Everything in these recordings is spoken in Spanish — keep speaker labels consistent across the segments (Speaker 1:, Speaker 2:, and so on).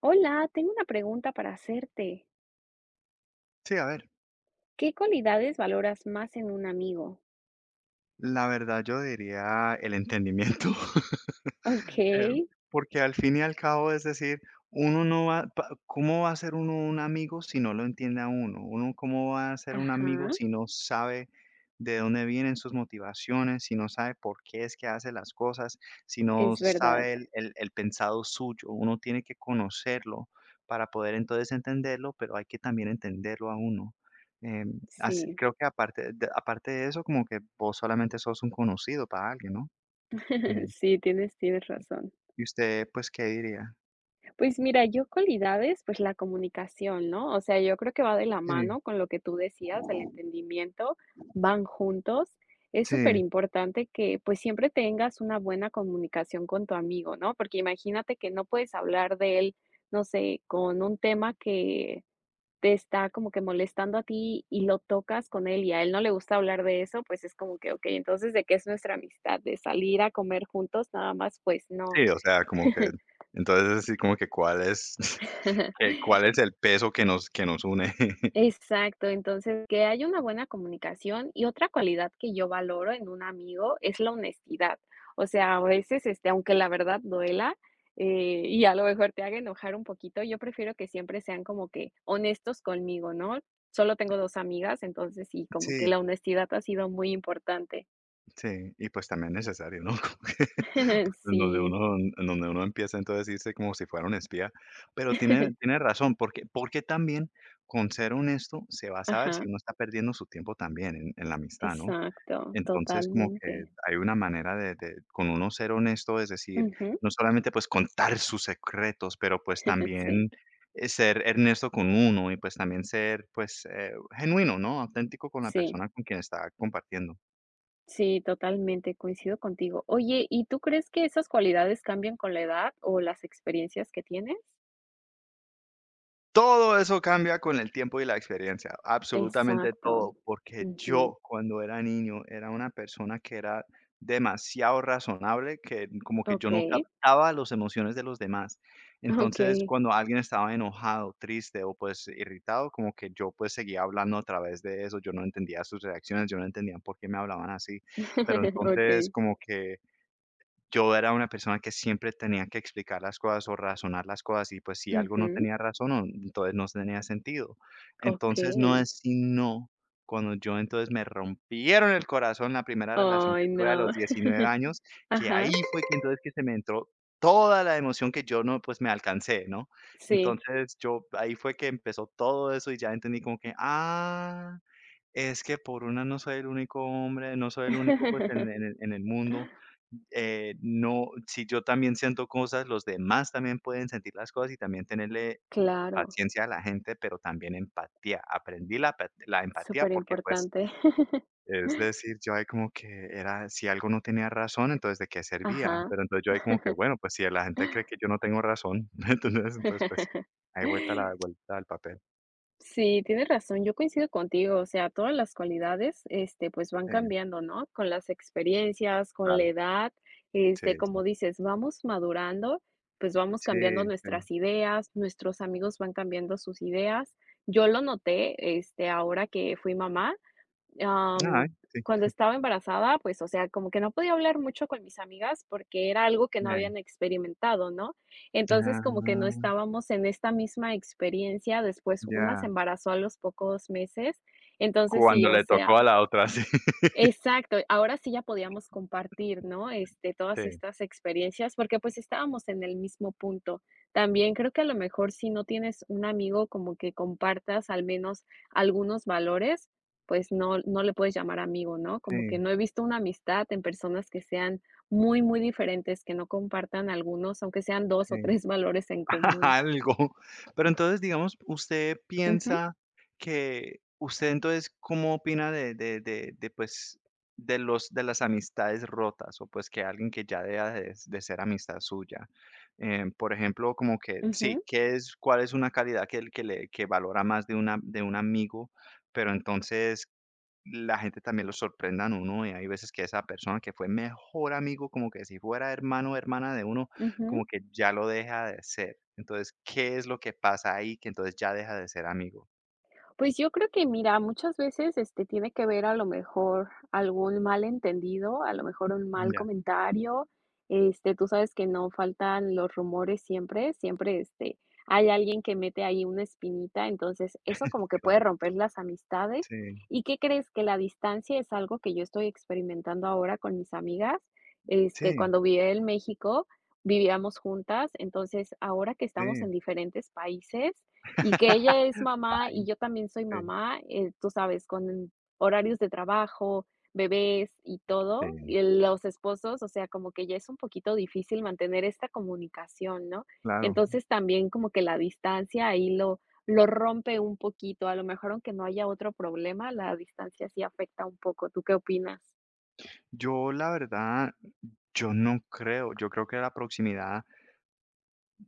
Speaker 1: Hola, tengo una pregunta para hacerte.
Speaker 2: Sí, a ver,
Speaker 1: ¿Qué cualidades valoras más en un amigo?
Speaker 2: la verdad yo diría el entendimiento,
Speaker 1: Ok,
Speaker 2: eh, porque al fin y al cabo, es decir, uno no va, ¿cómo va a ser uno un amigo si no lo entiende a uno? Uno, ¿cómo va a ser un amigo
Speaker 1: ajá,
Speaker 2: si no sabe de dónde vienen sus motivaciones, si no sabe por qué es que hace las cosas, si no
Speaker 1: es verdad.
Speaker 2: sabe el pensado suyo? Uno tiene que conocerlo para poder entonces entenderlo, pero hay que también entenderlo a uno. eh, Así
Speaker 1: Sí,
Speaker 2: creo que aparte de eso, como que vos solamente sos un conocido para alguien, ¿no? Eh,
Speaker 1: sí, tienes razón.
Speaker 2: ¿Y usted, pues, qué diría?
Speaker 1: Pues mira, yo cualidades, pues la comunicación, ¿no? O sea, yo creo que va de la
Speaker 2: Sí,
Speaker 1: mano con lo que tú decías, el entendimiento, van juntos. Es súper
Speaker 2: sí.
Speaker 1: importante que pues siempre tengas una buena comunicación con tu amigo, ¿no? Porque imagínate que no puedes hablar de él, no sé, con un tema que te está como que molestando a ti y lo tocas con él y a él no le gusta hablar de eso, pues es como que, okey, entonces, ¿de qué es nuestra amistad? ¿De salir a comer juntos nada más? Pues
Speaker 2: Sí,
Speaker 1: no.
Speaker 2: o sea, como que entonces, así como que cuál es cuál es el peso que nos une.
Speaker 1: Exacto, entonces, que haya una buena comunicación y otra cualidad que yo valoro en un amigo es la honestidad. O sea, a veces, este, aunque la verdad duela, y a lo mejor te haga enojar un poquito, yo prefiero que siempre sean como que honestos conmigo, ¿no? Solo tengo 2 amigas, entonces sí, como que
Speaker 2: Sí,
Speaker 1: la honestidad ha sido muy importante.
Speaker 2: sí. Y, pues, también necesario, ¿no? Como que, pues, en donde
Speaker 1: Sí.
Speaker 2: uno en donde uno empieza, entonces, a irse como si fuera un espía. Pero tiene tiene razón, porque también con ser honesto se va a saber
Speaker 1: Ajá,
Speaker 2: si uno está perdiendo su tiempo también en la amistad, ¿no?
Speaker 1: exacto,
Speaker 2: Entonces, como que
Speaker 1: totalmente.
Speaker 2: hay una manera de con uno ser honesto, es decir,
Speaker 1: Ujú,
Speaker 2: no solamente, pues, contar sus secretos, pero, pues,
Speaker 1: sí,
Speaker 2: también, ser honesto con uno y, pues, también ser, pues, genuino, ¿no? Auténtico con la
Speaker 1: sí.
Speaker 2: persona con quien está compartiendo.
Speaker 1: Sí, totalmente, coincido contigo. Oye, ¿y tú crees que esas cualidades cambian con la edad o las experiencias que tienes?
Speaker 2: Todo eso cambia con el tiempo y la experiencia, absolutamente
Speaker 1: Exacto.
Speaker 2: todo, porque
Speaker 1: Ujú.
Speaker 2: yo cuando era niño era una persona que era demasiado razonable, que como que yo no
Speaker 1: Okey,
Speaker 2: captaba las emociones de los demás. Entonces,
Speaker 1: okey,
Speaker 2: cuando alguien estaba enojado, triste o pues irritado, como que yo pues seguía hablando a través de eso, yo no entendía sus reacciones, yo no entendía por qué me hablaban así, pero
Speaker 1: okey.
Speaker 2: entonces como que yo era una persona que siempre tenía que explicar las cosas o razonar las cosas y pues si algo no
Speaker 1: Ujú.
Speaker 2: tenía razón, o entonces no tenía sentido. Entonces
Speaker 1: Okey.
Speaker 2: no es sino cuando yo entonces me rompieron el corazón la primera relación
Speaker 1: Ay,
Speaker 2: que tuve a
Speaker 1: no.
Speaker 2: los 19 años, que
Speaker 1: Ajá,
Speaker 2: ahí fue que entonces que se me entró toda la emoción que yo no, pues me alcancé, ¿no?
Speaker 1: sí.
Speaker 2: Entonces yo ahí fue que empezó todo eso y ya entendí como que, ah, es que por una no soy el único hombre, no soy el único, pues, en en el en el mundo. No, si yo también siento cosas, los demás también pueden sentir las cosas y también tenerle
Speaker 1: Claro,
Speaker 2: paciencia a la gente, pero también empatía. Aprendí la empatía
Speaker 1: súper
Speaker 2: porque, pues,
Speaker 1: importante.
Speaker 2: es decir, yo ahí como que era si algo no tenía razón, entonces, ¿de qué servía?
Speaker 1: Ajá.
Speaker 2: Pero entonces yo ahí como que, bueno, pues, si la gente cree que yo no tengo razón, entonces, pues, hay vuelta la vuelta al papel.
Speaker 1: Sí, tienes razón, yo coincido contigo, o sea, todas las cualidades, este, pues, van
Speaker 2: Sí,
Speaker 1: cambiando, ¿no? Con las experiencias, con la
Speaker 2: claro.
Speaker 1: edad,
Speaker 2: Sí,
Speaker 1: este, como
Speaker 2: sí.
Speaker 1: dices, vamos madurando, pues, vamos
Speaker 2: Sí,
Speaker 1: cambiando
Speaker 2: sí.
Speaker 1: nuestras ideas, nuestros amigos van cambiando sus ideas. Yo lo noté, este, ahora que fui mamá,
Speaker 2: Ay, sí.
Speaker 1: cuando estaba embarazada, pues, o sea, como que no podía hablar mucho con mis amigas porque era algo que no
Speaker 2: Sí.
Speaker 1: habían experimentado, ¿no? Entonces, como que no
Speaker 2: Ah,
Speaker 1: estábamos en esta misma experiencia. Después, una se
Speaker 2: ya.
Speaker 1: embarazó a los pocos meses. Entonces, sí,
Speaker 2: Cuando
Speaker 1: o
Speaker 2: le
Speaker 1: sea,
Speaker 2: tocó a la otra, sí.
Speaker 1: exacto, ahora sí ya podíamos compartir, ¿no? Este, todas
Speaker 2: Sí,
Speaker 1: estas experiencias, porque, pues, estábamos en el mismo punto. También creo que a lo mejor si no tienes un amigo como que compartas al menos algunos valores, pues no le puedes llamar amigo, ¿no? Como que
Speaker 2: sí,
Speaker 1: no he visto una amistad en personas que sean muy, muy diferentes, que no compartan algunos, aunque sean dos o
Speaker 2: sí.
Speaker 1: 3 valores en común.
Speaker 2: Algo. Pero entonces, digamos, usted
Speaker 1: Ujú,
Speaker 2: piensa que usted entonces, ¿cómo opina pues, de las amistades rotas o, pues, que alguien que ya deja de ser amistad suya? Por ejemplo, como que sí,
Speaker 1: ujú,
Speaker 2: ¿qué es cuál es una calidad que el que le que valora más de un amigo? Pero entonces la gente también lo sorprendan uno, y hay veces que esa persona que fue mejor amigo, como que si fuera hermano o hermana de uno,
Speaker 1: ujú.
Speaker 2: como que ya lo deja de ser. Entonces, ¿qué es lo que pasa ahí que entonces ya deja de ser amigo?
Speaker 1: Pues yo creo que, mira, muchas veces, este, tiene que ver a lo mejor algún malentendido, a lo mejor un mal
Speaker 2: Ya,
Speaker 1: comentario. Este, tú sabes que no faltan los rumores siempre, siempre, este, hay alguien que mete ahí una espinita, entonces eso como que puede
Speaker 2: claro.
Speaker 1: romper las amistades.
Speaker 2: Sí,
Speaker 1: ¿Y qué crees? Que la distancia es algo que yo estoy experimentando ahora con mis amigas. Este,
Speaker 2: sí,
Speaker 1: cuando vivía en México, vivíamos juntas, entonces ahora que estamos
Speaker 2: sí.
Speaker 1: en diferentes países y que ella es mamá y
Speaker 2: País.
Speaker 1: yo también soy
Speaker 2: Sí,
Speaker 1: mamá, tú sabes, con horarios de trabajo, bebés y todo, y
Speaker 2: sí,
Speaker 1: los esposos, o sea, como que ya es un poquito difícil mantener esta comunicación, ¿no?
Speaker 2: claro.
Speaker 1: Entonces también como que la distancia ahí lo rompe un poquito, a lo mejor aunque no haya otro problema, la distancia sí afecta un poco. ¿Tú qué opinas?
Speaker 2: Yo la verdad, yo no creo, yo creo que la proximidad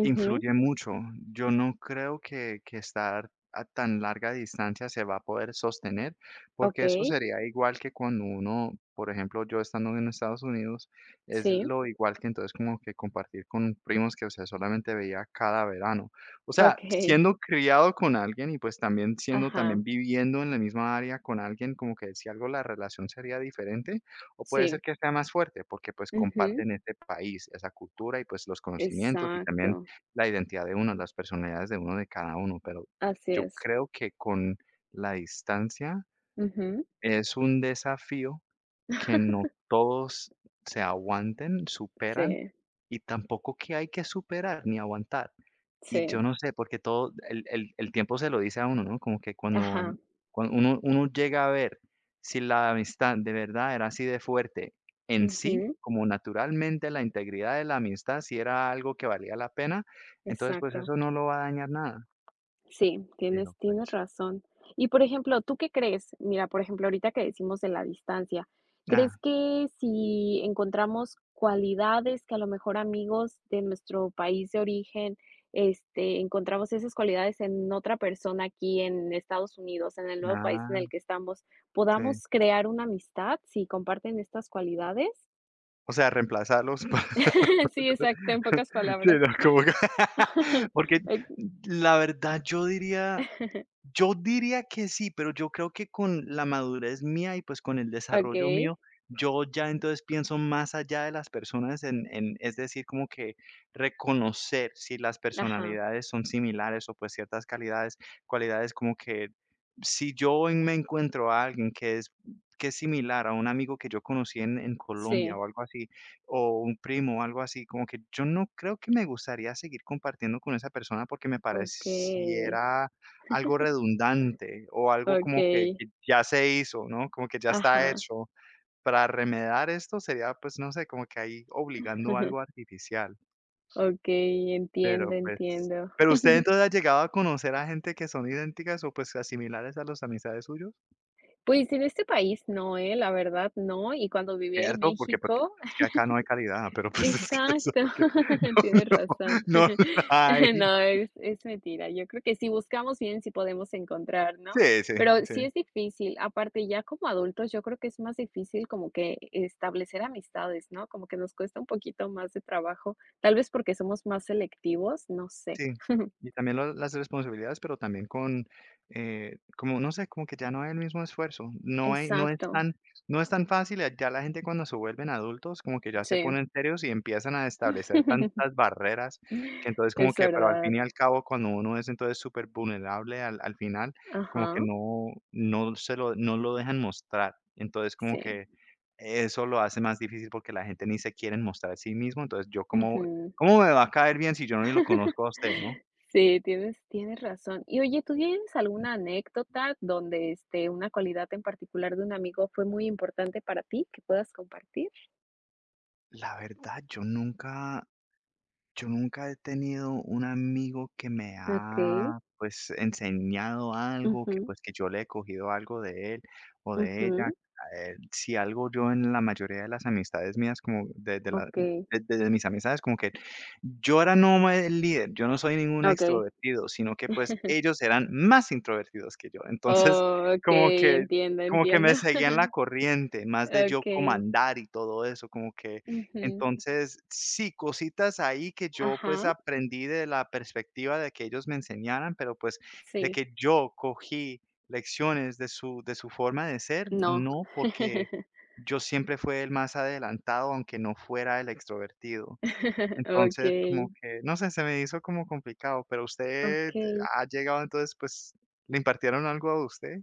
Speaker 1: Ujú,
Speaker 2: influye mucho. Yo no creo que estar a tan larga distancia se va a poder sostener, porque eso
Speaker 1: okey,
Speaker 2: sería igual que cuando uno, por ejemplo, yo estando en Estados Unidos, es
Speaker 1: sí,
Speaker 2: lo igual que entonces como que compartir con primos que, o sea, solamente veía cada verano. O sea,
Speaker 1: okey,
Speaker 2: siendo criado con alguien y pues también siendo,
Speaker 1: ajá,
Speaker 2: también viviendo en la misma área con alguien, como que si algo la relación sería diferente, o puede ser
Speaker 1: sí,
Speaker 2: que sea más fuerte, porque pues
Speaker 1: ujú,
Speaker 2: comparten este país, esa cultura y pues los conocimientos y también
Speaker 1: exacto,
Speaker 2: la identidad de uno, las personalidades de uno, de cada uno, pero
Speaker 1: así
Speaker 2: yo
Speaker 1: es,
Speaker 2: creo que con la distancia
Speaker 1: ujú.
Speaker 2: es un desafío que no todos se aguanten, superan
Speaker 1: Sí,
Speaker 2: y tampoco que hay que superar ni aguantar. Y
Speaker 1: sí,
Speaker 2: yo no sé, porque todo el tiempo se lo dice a uno, ¿no? Como que cuando
Speaker 1: ajá,
Speaker 2: al cuando uno llega a ver si la amistad de verdad era así de fuerte en sí,
Speaker 1: ujú,
Speaker 2: como naturalmente la integridad de la amistad, si era algo que valía la pena, entonces, pues,
Speaker 1: exacto.
Speaker 2: eso no lo va a dañar nada,
Speaker 1: Sí, tienes
Speaker 2: pero,
Speaker 1: tienes
Speaker 2: pues,
Speaker 1: razón. Y, por ejemplo, ¿tú qué crees? Mira, por ejemplo, ahorita que decimos de la distancia, ¿crees
Speaker 2: ah,
Speaker 1: que si encontramos cualidades que a lo mejor amigos de nuestro país de origen, este, encontramos esas cualidades en otra persona aquí en Estados Unidos, en el nuevo país en
Speaker 2: ah,
Speaker 1: el que estamos,
Speaker 2: sí.
Speaker 1: podamos crear una amistad si comparten estas cualidades?
Speaker 2: O sea, reemplazarlos
Speaker 1: Sí, exacto, en pocas
Speaker 2: sí,
Speaker 1: palabras.
Speaker 2: no, como que porque
Speaker 1: Ok,
Speaker 2: la verdad, yo diría que sí, pero yo creo que con la madurez mía y pues con el desarrollo
Speaker 1: okey.
Speaker 2: mío, yo ya entonces pienso más allá de las personas es decir, como que reconocer si las
Speaker 1: Ajá.
Speaker 2: personalidades son similares o pues ciertas calidades, cualidades como que si yo me encuentro a alguien que es similar a un amigo que yo conocí en Colombia
Speaker 1: Sí.
Speaker 2: o algo así, o un primo o algo así, como que yo no creo que me gustaría seguir compartiendo con esa persona porque me
Speaker 1: Okey,
Speaker 2: pareciera algo redundante o algo como
Speaker 1: okey.
Speaker 2: que ya se hizo, ¿no? Como que ya está
Speaker 1: Ajá.
Speaker 2: hecho. Para remediar esto sería, pues, no sé, como que ahí obligando algo artificial,
Speaker 1: Okey, entiendo,
Speaker 2: pero, pues,
Speaker 1: entiendo.
Speaker 2: ¿pero usted entonces ha llegado a conocer a gente que son idénticas o, pues, a similares a los amistades suyos?
Speaker 1: Pues, en este país no, ¿eh? La verdad, no. Y cuando viví en
Speaker 2: ¿Cierto? Porque
Speaker 1: México,
Speaker 2: es que acá no hay calidad, pero, pues, es que eso es
Speaker 1: exacto,
Speaker 2: lo que
Speaker 1: tienes razón.
Speaker 2: no, no, no la hay.
Speaker 1: No, es mentira. Yo creo que si buscamos bien, sí podemos encontrar, ¿no?
Speaker 2: Sí, sí,
Speaker 1: Pero
Speaker 2: sí.
Speaker 1: sí es difícil. Aparte, ya como adultos, yo creo que es más difícil como que establecer amistades, ¿no? Como que nos cuesta un poquito más de trabajo, tal vez porque somos más selectivos, no sé.
Speaker 2: Sí, y también lo las responsabilidades, pero también con, como, no sé, como que ya no hay el mismo esfuerzo. No hay no es
Speaker 1: Exacto,
Speaker 2: tan no es tan fácil, ya la gente cuando se vuelven adultos, como que ya se
Speaker 1: sí.
Speaker 2: ponen serios y empiezan a establecer tantas barreras, que entonces como
Speaker 1: Es
Speaker 2: que, pero al
Speaker 1: verdad.
Speaker 2: fin y al cabo, cuando uno es entonces súper vulnerable al final, como
Speaker 1: Ajá,
Speaker 2: que no lo dejan mostrar. Entonces, como
Speaker 1: sí.
Speaker 2: que eso lo hace más difícil porque la gente ni se quieren mostrar a sí mismo, entonces, yo como
Speaker 1: Ujú.
Speaker 2: ¿cómo me va a caer bien si yo no ni lo conozco a usted, no?
Speaker 1: Sí, tienes razón. Y oye, ¿tú tienes alguna anécdota donde, este, una cualidad en particular de un amigo fue muy importante para ti que puedas compartir?
Speaker 2: La verdad, yo nunca he tenido un amigo que me
Speaker 1: Okey.
Speaker 2: ha, pues, enseñado algo, que
Speaker 1: Ujú,
Speaker 2: pues que yo le he cogido algo de él o de ella.
Speaker 1: ujú.
Speaker 2: Si algo yo en la mayoría de las amistades mías, como de la,
Speaker 1: Okey,
Speaker 2: de mis amistades, como que yo era no el líder, yo no soy ningún
Speaker 1: okey.
Speaker 2: extrovertido, sino que pues ellos eran más introvertidos que yo. Entonces, como
Speaker 1: Okey,
Speaker 2: que,
Speaker 1: entiendo,
Speaker 2: como que
Speaker 1: entiendo.
Speaker 2: me seguían la corriente, más de yo
Speaker 1: Okey.
Speaker 2: comandar y todo eso, como que
Speaker 1: Ujú.
Speaker 2: entonces, sí, cositas ahí que yo, pues,
Speaker 1: Ajá,
Speaker 2: aprendí de la perspectiva de que ellos me enseñaran, pero, pues, de
Speaker 1: sí.
Speaker 2: que yo cogí lecciones de su forma de ser,
Speaker 1: No.
Speaker 2: no, porque yo siempre fui el más adelantado, aunque no fuera el extrovertido. Entonces, como
Speaker 1: Okey,
Speaker 2: que, no sé, se me hizo como complicado, pero usted
Speaker 1: okey.
Speaker 2: ha llegado, entonces, pues, ¿le impartieron algo a usted?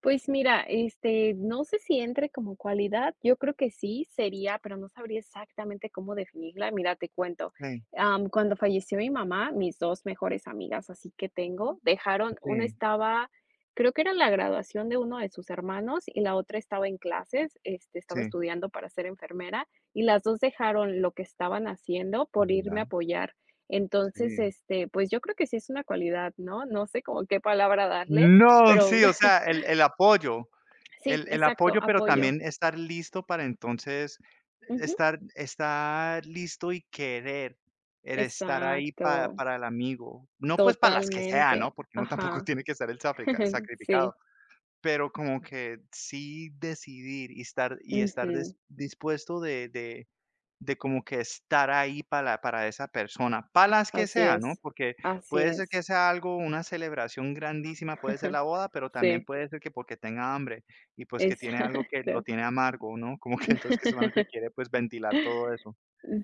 Speaker 1: Pues mira, este, no sé si entre como cualidad, yo creo que sí sería, pero no sabría exactamente cómo definirla. Mira, te cuento,
Speaker 2: Sí,
Speaker 1: cuando falleció mi mamá, mis 2 mejores amigas, así que tengo, dejaron una
Speaker 2: sí,
Speaker 1: estaba, creo que era la graduación de uno de sus hermanos y la otra estaba en clases, este, estaba
Speaker 2: sí.
Speaker 1: estudiando para ser enfermera, y las 2 dejaron lo que estaban haciendo por irme a
Speaker 2: Mira,
Speaker 1: apoyar. Entonces,
Speaker 2: sí.
Speaker 1: este, pues yo creo que sí es una cualidad, ¿no? No sé como qué palabra darle,
Speaker 2: No,
Speaker 1: pero
Speaker 2: sí, o sea, el apoyo.
Speaker 1: sí,
Speaker 2: El
Speaker 1: exacto,
Speaker 2: apoyo, pero
Speaker 1: apoyo.
Speaker 2: también estar listo para entonces
Speaker 1: Ujú.
Speaker 2: estar listo y querer el estar ahí pa
Speaker 1: Exacto,
Speaker 2: para el amigo. No, pues, para las que sea,
Speaker 1: totalmente.
Speaker 2: ¿no? Porque uno tampoco
Speaker 1: Ajá.
Speaker 2: tiene que ser el safrica
Speaker 1: Sí.
Speaker 2: sacrificado. Pero como que sí decidir y estar
Speaker 1: Ujú.
Speaker 2: des dispuesto de como que estar ahí para esa persona, para las que
Speaker 1: Así
Speaker 2: sea, ¿no?
Speaker 1: es,
Speaker 2: Porque
Speaker 1: así
Speaker 2: puede ser
Speaker 1: es.
Speaker 2: que sea algo, una celebración grandísima, puede ser la boda, pero también
Speaker 1: Sí,
Speaker 2: puede ser que porque tenga hambre y, pues, que tiene algo que lo
Speaker 1: exacto.
Speaker 2: tiene amargo, ¿no? Como que entonces que solamente quiere, pues, ventilar todo eso.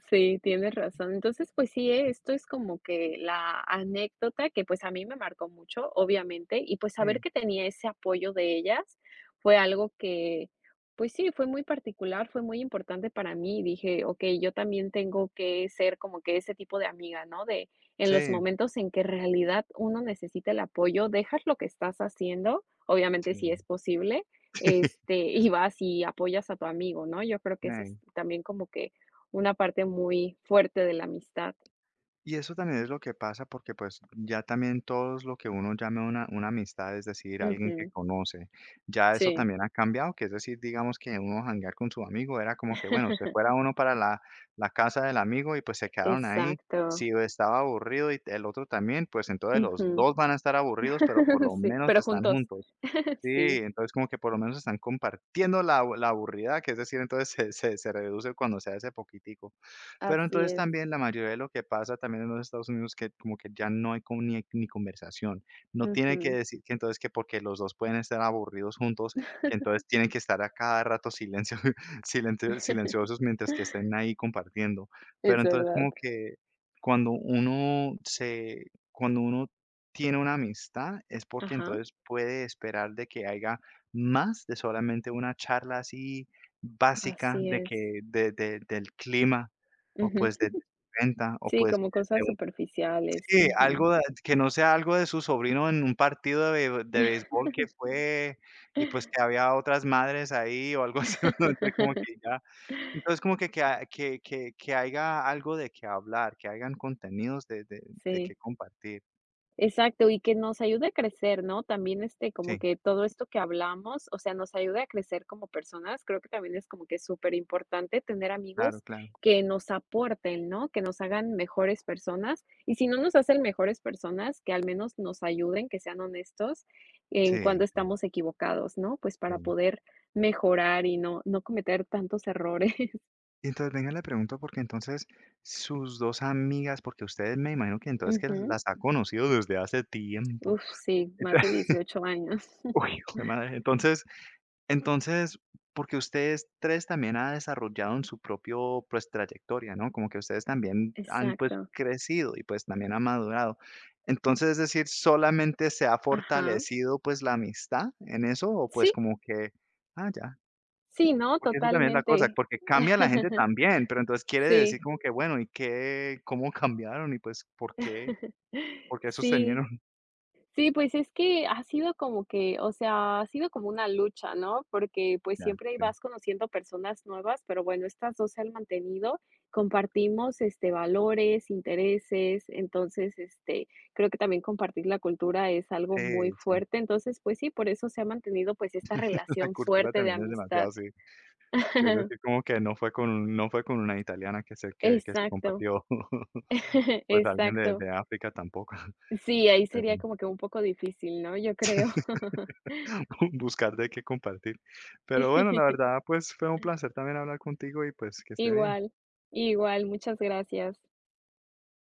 Speaker 1: Sí, tienes razón. Entonces, pues sí, esto es como que la anécdota que pues a mí me marcó mucho, obviamente, y pues saber
Speaker 2: Sí,
Speaker 1: que tenía ese apoyo de ellas fue algo que, pues sí, fue muy particular, fue muy importante para mí. Dije, ok, yo también tengo que ser como que ese tipo de amiga, ¿no? De en los
Speaker 2: sí,
Speaker 1: momentos en que en realidad uno necesita el apoyo, dejas lo que estás haciendo, obviamente si
Speaker 2: sí.
Speaker 1: es posible, este, y vas y apoyas a tu amigo, ¿no? Yo creo que ese es
Speaker 2: Ey.
Speaker 1: también como que una parte muy fuerte de la amistad.
Speaker 2: Y eso también es lo que pasa porque, pues, ya también todos lo que uno llama una amistad, es decir, alguien que
Speaker 1: Ujú,
Speaker 2: conoce, ya eso
Speaker 1: sí.
Speaker 2: también ha cambiado, que es decir, digamos que uno janguear con su amigo era como que, bueno, se fuera uno para la casa del amigo y, pues, se quedaron ahí.
Speaker 1: Exacto.
Speaker 2: Si estaba aburrido y el otro también, pues, entonces los
Speaker 1: Ujú.
Speaker 2: 2 van a estar aburridos, pero por lo
Speaker 1: Sí,
Speaker 2: menos
Speaker 1: pero
Speaker 2: están
Speaker 1: juntos.
Speaker 2: juntos. Sí,
Speaker 1: Sí,
Speaker 2: entonces como que por lo menos están compartiendo la abu- la aburrida, que es decir, entonces se reduce cuando sea ese poquitico. Pero
Speaker 1: así
Speaker 2: entonces
Speaker 1: es.
Speaker 2: también la mayoría de lo que pasa también en los Estados Unidos que como que ya no hay como ni, ni conversación. No tiene que
Speaker 1: Ujú.
Speaker 2: decir que entonces que porque los dos pueden estar aburridos juntos, que entonces tienen que estar a cada rato silencio, silencio- silenciosos mientras que estén ahí compartiendo. Pero
Speaker 1: Es
Speaker 2: entonces
Speaker 1: verdad.
Speaker 2: como que cuando uno se, cuando uno tiene una amistad es porque
Speaker 1: Ajá,
Speaker 2: entonces puede esperar de que haya más de solamente una charla así básica
Speaker 1: así
Speaker 2: de
Speaker 1: es.
Speaker 2: que del clima o pues
Speaker 1: Ujú.
Speaker 2: ser de su renta, o
Speaker 1: Sí,
Speaker 2: pues
Speaker 1: como
Speaker 2: de
Speaker 1: cosas
Speaker 2: un
Speaker 1: superficiales.
Speaker 2: sí,
Speaker 1: Ujú.
Speaker 2: algo de que no sea algo de su sobrino en un partido de béisbol que fue, y pues que había otras madres ahí o algo así, ¿no? Entonces como que ya entonces como que ha que haya algo de qué hablar, que hayan contenidos de qué
Speaker 1: Sí.
Speaker 2: compartir.
Speaker 1: Exacto, y que nos ayude a crecer, ¿no? También, este, como
Speaker 2: Sí,
Speaker 1: que todo esto que hablamos, o sea, nos ayude a crecer como personas. Creo que también es como que súper importante tener
Speaker 2: claro,
Speaker 1: amigos
Speaker 2: claro.
Speaker 1: que nos aporten, ¿no? Que nos hagan mejores personas. Y si no nos hacen mejores personas, que al menos nos ayuden, que sean honestos en cuando
Speaker 2: Sí, sí,
Speaker 1: estamos equivocados, ¿no? Pues para
Speaker 2: sí.
Speaker 1: poder mejorar y no cometer tantos errores.
Speaker 2: Y entonces, venga, le pregunto porque entonces sus 2 amigas, porque usted me imagino que entonces que
Speaker 1: Ujú.
Speaker 2: las ha conocido desde hace tiempo.
Speaker 1: Uf, sí, más de 18 años.
Speaker 2: Uy, hijo de madre. Entonces, porque ustedes 3 también han desarrollado en su propio, pues, trayectoria, ¿no? Como que ustedes también han, pues,
Speaker 1: Exacto.
Speaker 2: crecido y, pues, también han madurado. Entonces, es decir, ¿solamente se ha
Speaker 1: Ajá.
Speaker 2: fortalecido, pues, la amistad en eso? O, pues,
Speaker 1: Sí.
Speaker 2: como que, ah, ya.
Speaker 1: Sí, ¿no?
Speaker 2: Porque eso también es la cosa,
Speaker 1: Totalmente.
Speaker 2: porque cambia la gente también, pero entonces quiere
Speaker 1: Sí.
Speaker 2: decir como que, bueno, ¿y qué? ¿Cómo cambiaron? Y, pues, ¿por qué? ¿Por qué
Speaker 1: Sí.
Speaker 2: sostenieron?
Speaker 1: Sí, pues es que ha sido como que, o sea, ha sido como una lucha, ¿no? Porque, pues,
Speaker 2: Ya,
Speaker 1: siempre
Speaker 2: sí.
Speaker 1: vas conociendo personas nuevas, pero bueno, estas 2 se han mantenido. Compartimos, este, valores, intereses, entonces, este, creo que también compartir la cultura es algo muy
Speaker 2: Sí, sí.
Speaker 1: fuerte. Entonces, pues sí, por eso se ha mantenido, pues, esta
Speaker 2: La
Speaker 1: relación
Speaker 2: cultura
Speaker 1: fuerte de
Speaker 2: también es
Speaker 1: amistad.
Speaker 2: demasiado, sí. Que es decir, como que no fue con una italiana que se
Speaker 1: Exacto,
Speaker 2: compartió, pues, alguien
Speaker 1: exacto.
Speaker 2: de África tampoco,
Speaker 1: Sí, ahí
Speaker 2: pero
Speaker 1: sería como que un poco difícil, ¿no? Yo creo.
Speaker 2: buscar de qué compartir. Pero bueno, la verdad, pues, fue un placer también hablar contigo y, pues, que esté bien.
Speaker 1: Igual, igual, muchas gracias.